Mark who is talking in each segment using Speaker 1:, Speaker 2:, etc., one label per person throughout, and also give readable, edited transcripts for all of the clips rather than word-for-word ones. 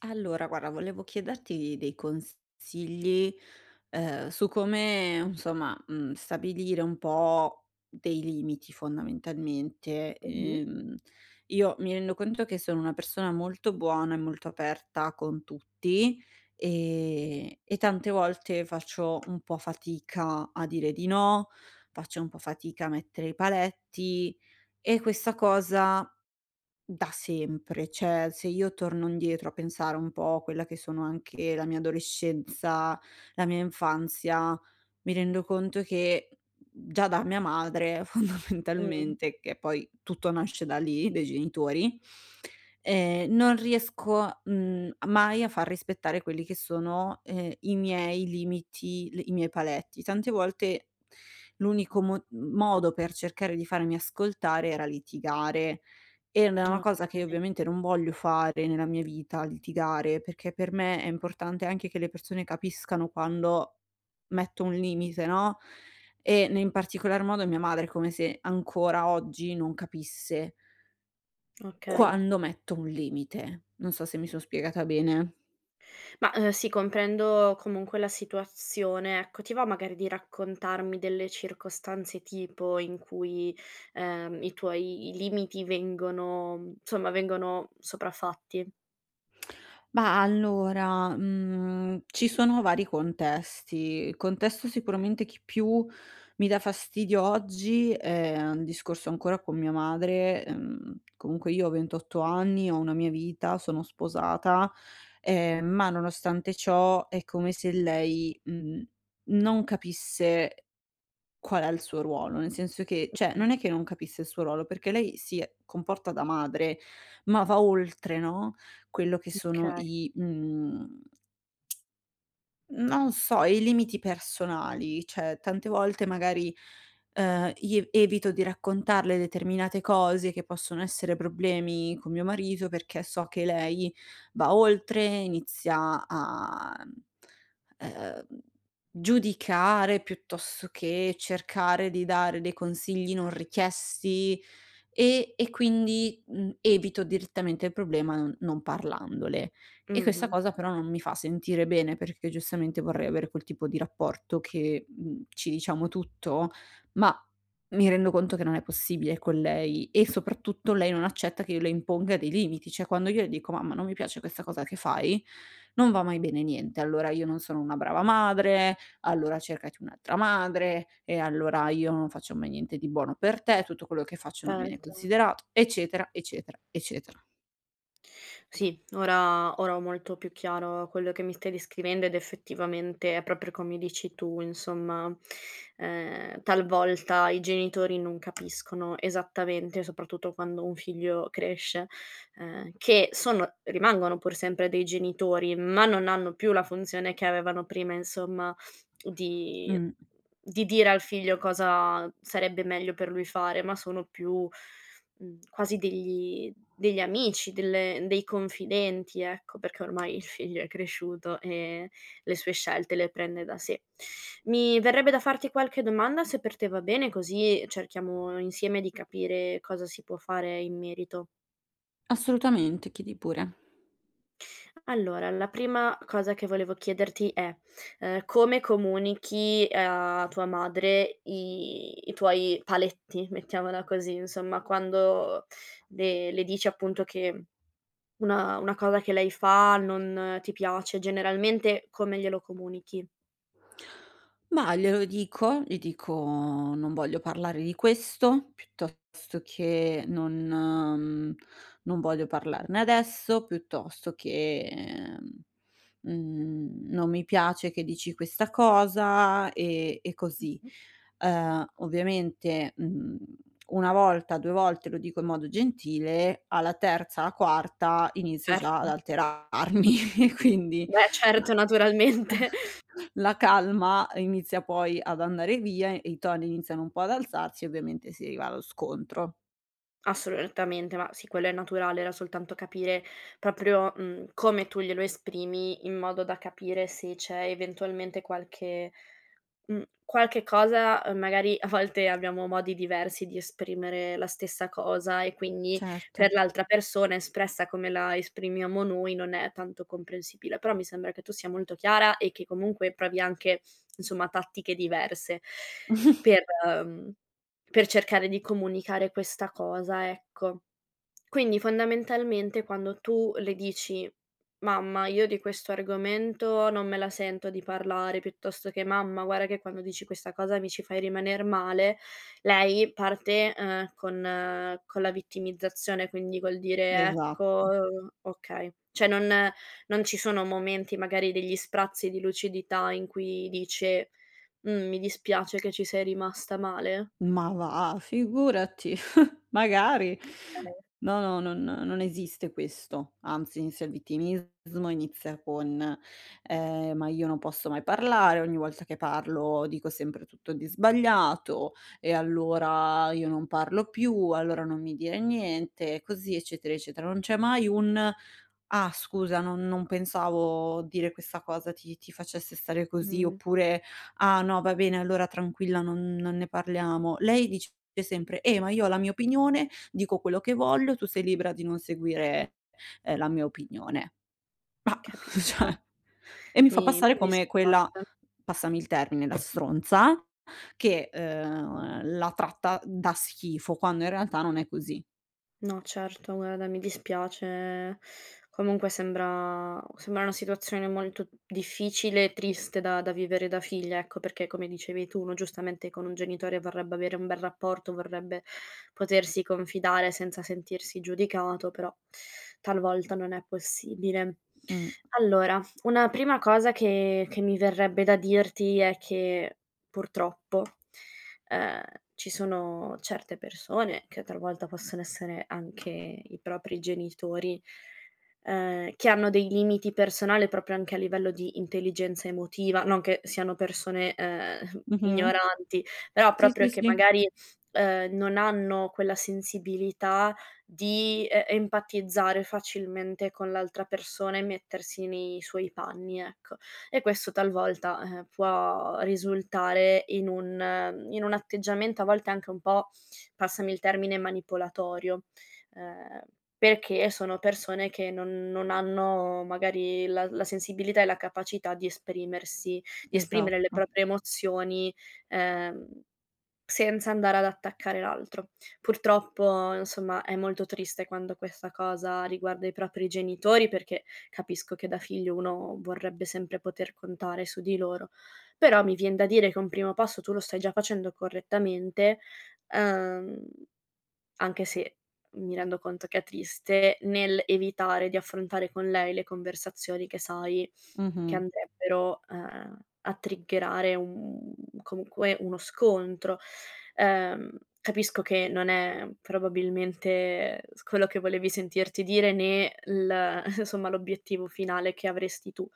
Speaker 1: Allora, guarda, volevo chiederti dei consigli, su come, insomma, stabilire un po' dei limiti fondamentalmente.
Speaker 2: Mh-mh.
Speaker 1: Io mi rendo conto che sono una persona molto buona e molto aperta con tutti, e tante volte faccio un po' fatica a dire di no, faccio un po' fatica a mettere i paletti e questa cosa da sempre, cioè se io torno indietro a pensare un po' a quella che sono anche la mia adolescenza, la mia infanzia, mi rendo conto che già da mia madre
Speaker 2: Mh.
Speaker 1: fondamentalmente, che poi tutto nasce da lì, dai genitori, non riesco, mai a far rispettare quelli che sono, i miei limiti, l i miei paletti. Tante volte l'unico mo modo per cercare di farmi ascoltare era litigare, e n è una cosa che
Speaker 2: Okay,
Speaker 1: ovviamente non voglio fare nella mia vita, litigare, perché per me è importante anche che le persone capiscano quando metto un limite, no, e ne in particolar modo mia madre è come se ancora oggi non capisse
Speaker 2: okay.
Speaker 1: quando metto un limite. Non so se mi son spiegata bene.
Speaker 2: Ma, sì, comprendo comunque la situazione. Ecco, ti va magari di raccontarmi delle circostanze tipo in cui, i tuoi limiti vengono insomma vengono sopraffatti?
Speaker 1: Ma allora, ci sono vari contesti. Il contesto sicuramente che più mi dà fastidio oggi è un discorso ancora con mia madre. Comunque io ho 28 anni, ho una mia vita, sono sposata, ma nonostante ciò è come se lei, non capisse qual è il suo ruolo? Nel senso che cioè,
Speaker 2: Mh.
Speaker 1: non è che non capisse il suo ruolo, perché lei si comporta da madre, ma va oltre, no, quello che sono
Speaker 2: Okay.
Speaker 1: i mhmm non so, i limiti personali, cioè tante volte magari, ie evito di raccontarle determinate cose che possono essere problemi con mio marito, perché so che lei va oltre, inizia a, ehm, giudicare piuttosto che cercare di dare dei consigli non richiesti e quindi, evito direttamente il problema non parlandole. E questa
Speaker 2: Mh-mh.
Speaker 1: cosa però non mi fa sentire bene, perché giustamente vorrei avere quel tipo di rapporto che, ci diciamo tutto, ma mi rendo conto che non è possibile con lei e soprattutto lei non accetta che io le imponga dei limiti. Cioè quando io le dico: "Mamma non mi piace questa cosa che fai", non va mai bene niente. Allora io non sono una brava madre, allora cercati un'altra madre, e allora io non faccio mai niente di buono per te, tutto quello che faccio non viene
Speaker 2: Certo.
Speaker 1: considerato, eccetera, eccetera, eccetera.
Speaker 2: Sì, ora ho molto più chiaro quello che mi stai descrivendo ed effettivamente è proprio come dici tu, insomma, talvolta i genitori non capiscono esattamente, soprattutto quando un figlio cresce, che sono rimangono pur sempre dei genitori, ma non hanno più la funzione che avevano prima, insomma, di
Speaker 1: Mh,
Speaker 2: di dire al figlio cosa sarebbe meglio per lui fare, ma sono più, quasi degli amici, delle dei confidenti, ecco, perché ormai il figlio è cresciuto e le sue scelte le prende da sé. Mi verrebbe da farti qualche domanda, se per te va bene, così cerchiamo insieme di capire cosa si può fare in merito.
Speaker 1: Assolutamente, chiedi pure.
Speaker 2: Allora, la prima cosa che volevo chiederti è, come comunichi a tua madre i tuoi paletti, mettiamola così, insomma, quando le dici appunto che una cosa che lei fa non ti piace, generalmente come glielo comunichi?
Speaker 1: Ma glielo dico, gli dico: "Non voglio parlare di questo", piuttosto che: "Non voglio parlarne adesso", piuttosto che, mhmm: "Non mi piace che dici questa cosa", e così. Ovviamente, 1 volta, 2 volte lo dico in modo gentile, alla terza, alla quarta inizio già
Speaker 2: Certo.
Speaker 1: ad alterarmi e quindi
Speaker 2: Beh certo, naturalmente.
Speaker 1: la calma inizia poi ad andare via e i toni iniziano un po' ad alzarsi, ovviamente si arriva allo scontro.
Speaker 2: Assolutamente, ma sì, quello è naturale, era soltanto capire proprio, come tu glielo esprimi in modo da capire se c'è eventualmente qualche qualche cosa, magari a volte abbiamo modi diversi di esprimere la stessa cosa e quindi
Speaker 1: Certo.
Speaker 2: per l'altra persona espressa come la esprimiamo noi non è tanto comprensibile. Però mi sembra che tu sia molto chiara e che comunque provi anche, insomma, tattiche diverse per, mhmm per cercare di comunicare questa cosa, ecco. Quindi fondamentalmente quando tu le dici: "Mamma, io di questo argomento non me la sento di parlare", piuttosto che: "Mamma, guarda che quando dici questa cosa mi ci fai rimaner male", lei parte, con la vittimizzazione, quindi col dire:
Speaker 1: Esatto.
Speaker 2: "Ecco". Okay. Cioè non ci sono momenti, magari degli sprazzi di lucidità in cui dice: mi dispiace che ci sei rimasta male".
Speaker 1: Ma va, figurati. Magari.
Speaker 2: Ok.
Speaker 1: No, no, non esiste questo. Anzi, inizia il vittimismo, inizia con: "Ma io non posso mai parlare, ogni volta che parlo dico sempre tutto di sbagliato e allora io non parlo più, allora non mi dire niente", così eccetera, eccetera. Non c'è mai un: "Ah scusa, non pensavo dire questa cosa ti facesse stare così",
Speaker 2: Mh,
Speaker 1: oppure Ah no, va bene, allora tranquilla, non ne parliamo. Lei dice sempre: ma io ho la mia opinione, dico quello che voglio, tu sei libera di non seguire, la mia opinione". Ma
Speaker 2: capisco.
Speaker 1: cioè e mi fa passare
Speaker 2: Mi
Speaker 1: come quella,
Speaker 2: dispiace.
Speaker 1: passami il termine, la stronza che, la tratta da schifo, quando in realtà non è così.
Speaker 2: No, certo, guarda, mi dispiace. Comunque sembra una situazione molto difficile e triste da vivere da figlia, ecco, perché come dicevi tu, uno giustamente con un genitore vorrebbe avere un bel rapporto, vorrebbe potersi confidare senza sentirsi giudicato, però talvolta non è possibile.
Speaker 1: Mh.
Speaker 2: Allora, una prima cosa che mi verrebbe da dirti è che, purtroppo Ehm, ci sono certe persone che talvolta possono essere anche i propri genitori, che hanno dei limiti personali proprio anche a livello di intelligenza emotiva, non che siano persone,
Speaker 1: Mh-mh.
Speaker 2: ignoranti, però
Speaker 1: Sì,
Speaker 2: proprio
Speaker 1: sì,
Speaker 2: che
Speaker 1: sì,
Speaker 2: magari, non hanno quella sensibilità di empatizzare facilmente con l'altra persona e mettersi nei suoi panni, ecco, e questo talvolta, può risultare in un atteggiamento a volte anche un po', passami il termine, manipolatorio, ehm, perché sono persone che non hanno magari la sensibilità e la capacità di esprimersi, di esprimere le
Speaker 1: esatto.
Speaker 2: proprie emozioni, ehm senza andare ad attaccare l'altro. Purtroppo, insomma, è molto triste quando questa cosa riguarda i propri genitori, perché capisco che da figlio uno vorrebbe sempre poter contare su di loro. Però mi vien da dire che un primo passo tu lo stai già facendo correttamente, uhm anche se mi rendo conto che è triste, nel evitare di affrontare con lei le conversazioni che sai che
Speaker 1: Mh-mh.
Speaker 2: andrebbero, a triggerare un comunque uno scontro. Capisco che non è probabilmente s quello che volevi sentirti dire, né l insomma l'obiettivo finale che avresti tu.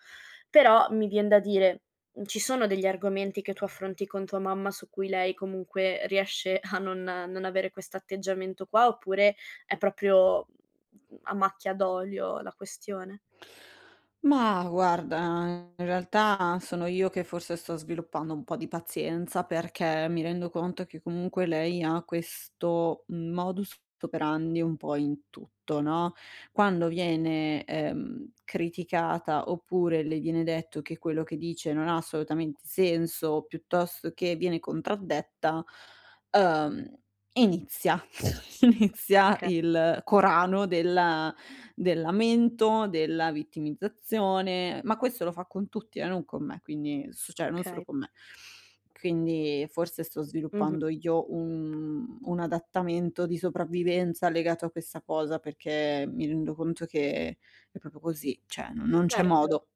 Speaker 2: Però mi vien da dire. Ci sono degli argomenti che tu affronti con tua mamma su cui lei comunque riesce a non avere quest'atteggiamento qua, oppure è proprio, a macchia d'olio la questione?
Speaker 1: Ma guarda, in realtà sono io che forse sto sviluppando un po' di pazienza perché mi rendo conto che comunque lei ha questo modus operandi un po' in tutto, no? Quando viene criticata oppure le viene detto che quello che dice non ha assolutamente senso, piuttosto che viene contraddetta, ehm, inizia, inizia
Speaker 2: Okay,
Speaker 1: il Corano del lamento, della vittimizzazione, ma questo lo fa con tutti, non con me, quindi s cioè non solo
Speaker 2: okay.
Speaker 1: con me. Quindi forse sto sviluppando
Speaker 2: Mh-mh.
Speaker 1: io un adattamento di sopravvivenza legato a questa cosa, perché mi rendo conto che è proprio così, cioè non c'è
Speaker 2: Certo.
Speaker 1: modo.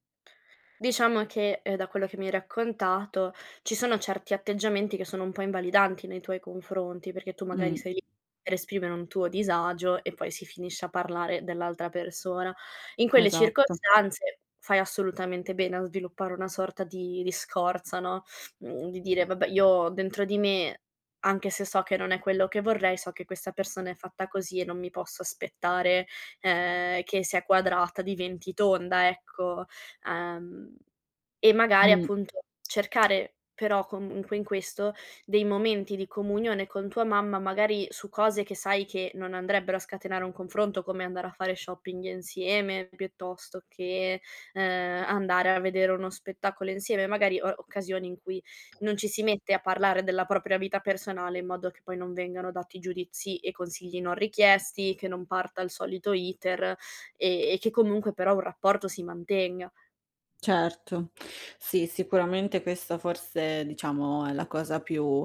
Speaker 2: Diciamo che, da quello che mi hai raccontato, ci sono certi atteggiamenti che sono un po' invalidanti nei tuoi confronti, perché tu magari
Speaker 1: Mh,
Speaker 2: sei lì per esprimere un tuo disagio e poi si finisce a parlare dell'altra persona. In quelle
Speaker 1: esatto.
Speaker 2: circostanze fai assolutamente bene a sviluppare una sorta di scorza, no, di dire: "Vabbè, io dentro di me, anche se so che non è quello che vorrei, so che questa persona è fatta così e non mi posso aspettare, che se è quadrata diventi tonda", ecco. Uhm, e magari
Speaker 1: Mh.
Speaker 2: appunto cercare però comunque in questo dei momenti di comunione con tua mamma, magari su cose che sai che non andrebbero a scatenare un confronto, come andare a fare shopping insieme piuttosto che, andare a vedere uno spettacolo insieme, magari o occasioni in cui non ci si mette a parlare della propria vita personale in modo che poi non vengano dati giudizi e consigli non richiesti, che non parta il solito iter e che comunque però un rapporto si mantenga.
Speaker 1: Certo. Sì, sicuramente questa forse, diciamo, è la cosa più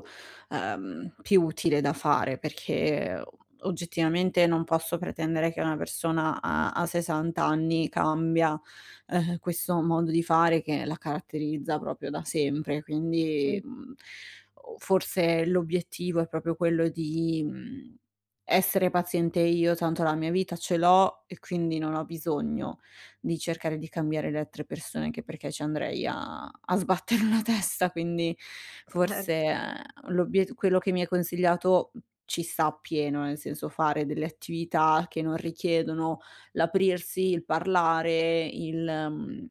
Speaker 1: più utile da fare, perché oggettivamente non posso pretendere che una persona a 60 anni cambia, questo modo di fare che la caratterizza proprio da sempre. Quindi, o forse l'obiettivo è proprio quello di, essere paziente io, tanto la mia vita ce l'ho e quindi non ho bisogno di cercare di cambiare le altre persone, anche perché ci andrei a sbattere la testa, quindi
Speaker 2: Er
Speaker 1: forse, l'obiet quello che mi hai consigliato, ci sta appieno, nel senso fare delle attività che non richiedono l'aprirsi, il parlare, mhmm,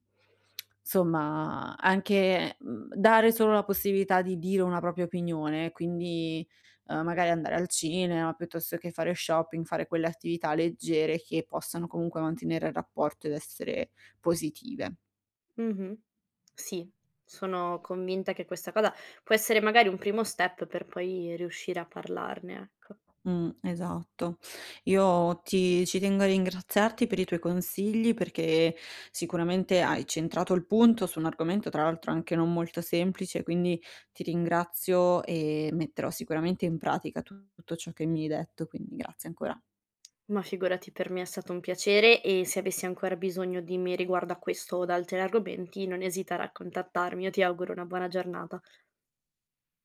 Speaker 1: somma anche, dare solo la possibilità di dire una propria opinione, quindi magari andare al cinema piuttosto che fare shopping, fare quelle attività leggere che possano comunque mantenere il rapporto ed essere positive.
Speaker 2: mh-mh. Sì, sono convinta che questa cosa può essere magari un primo step per poi riuscire a parlarne, ecco.
Speaker 1: Esatto. Io ti ci tengo a ringraziarti per i tuoi consigli perché sicuramente hai centrato il punto su un argomento tra l'altro anche non molto semplice, quindi ti ringrazio e metterò sicuramente in pratica tutto ciò che mi hai detto, quindi grazie ancora.
Speaker 2: Ma figurati, per me è stato un piacere e se avessi ancora bisogno di me riguardo a questo od altri argomenti, non esitare a contattarmi. Io ti auguro una buona giornata.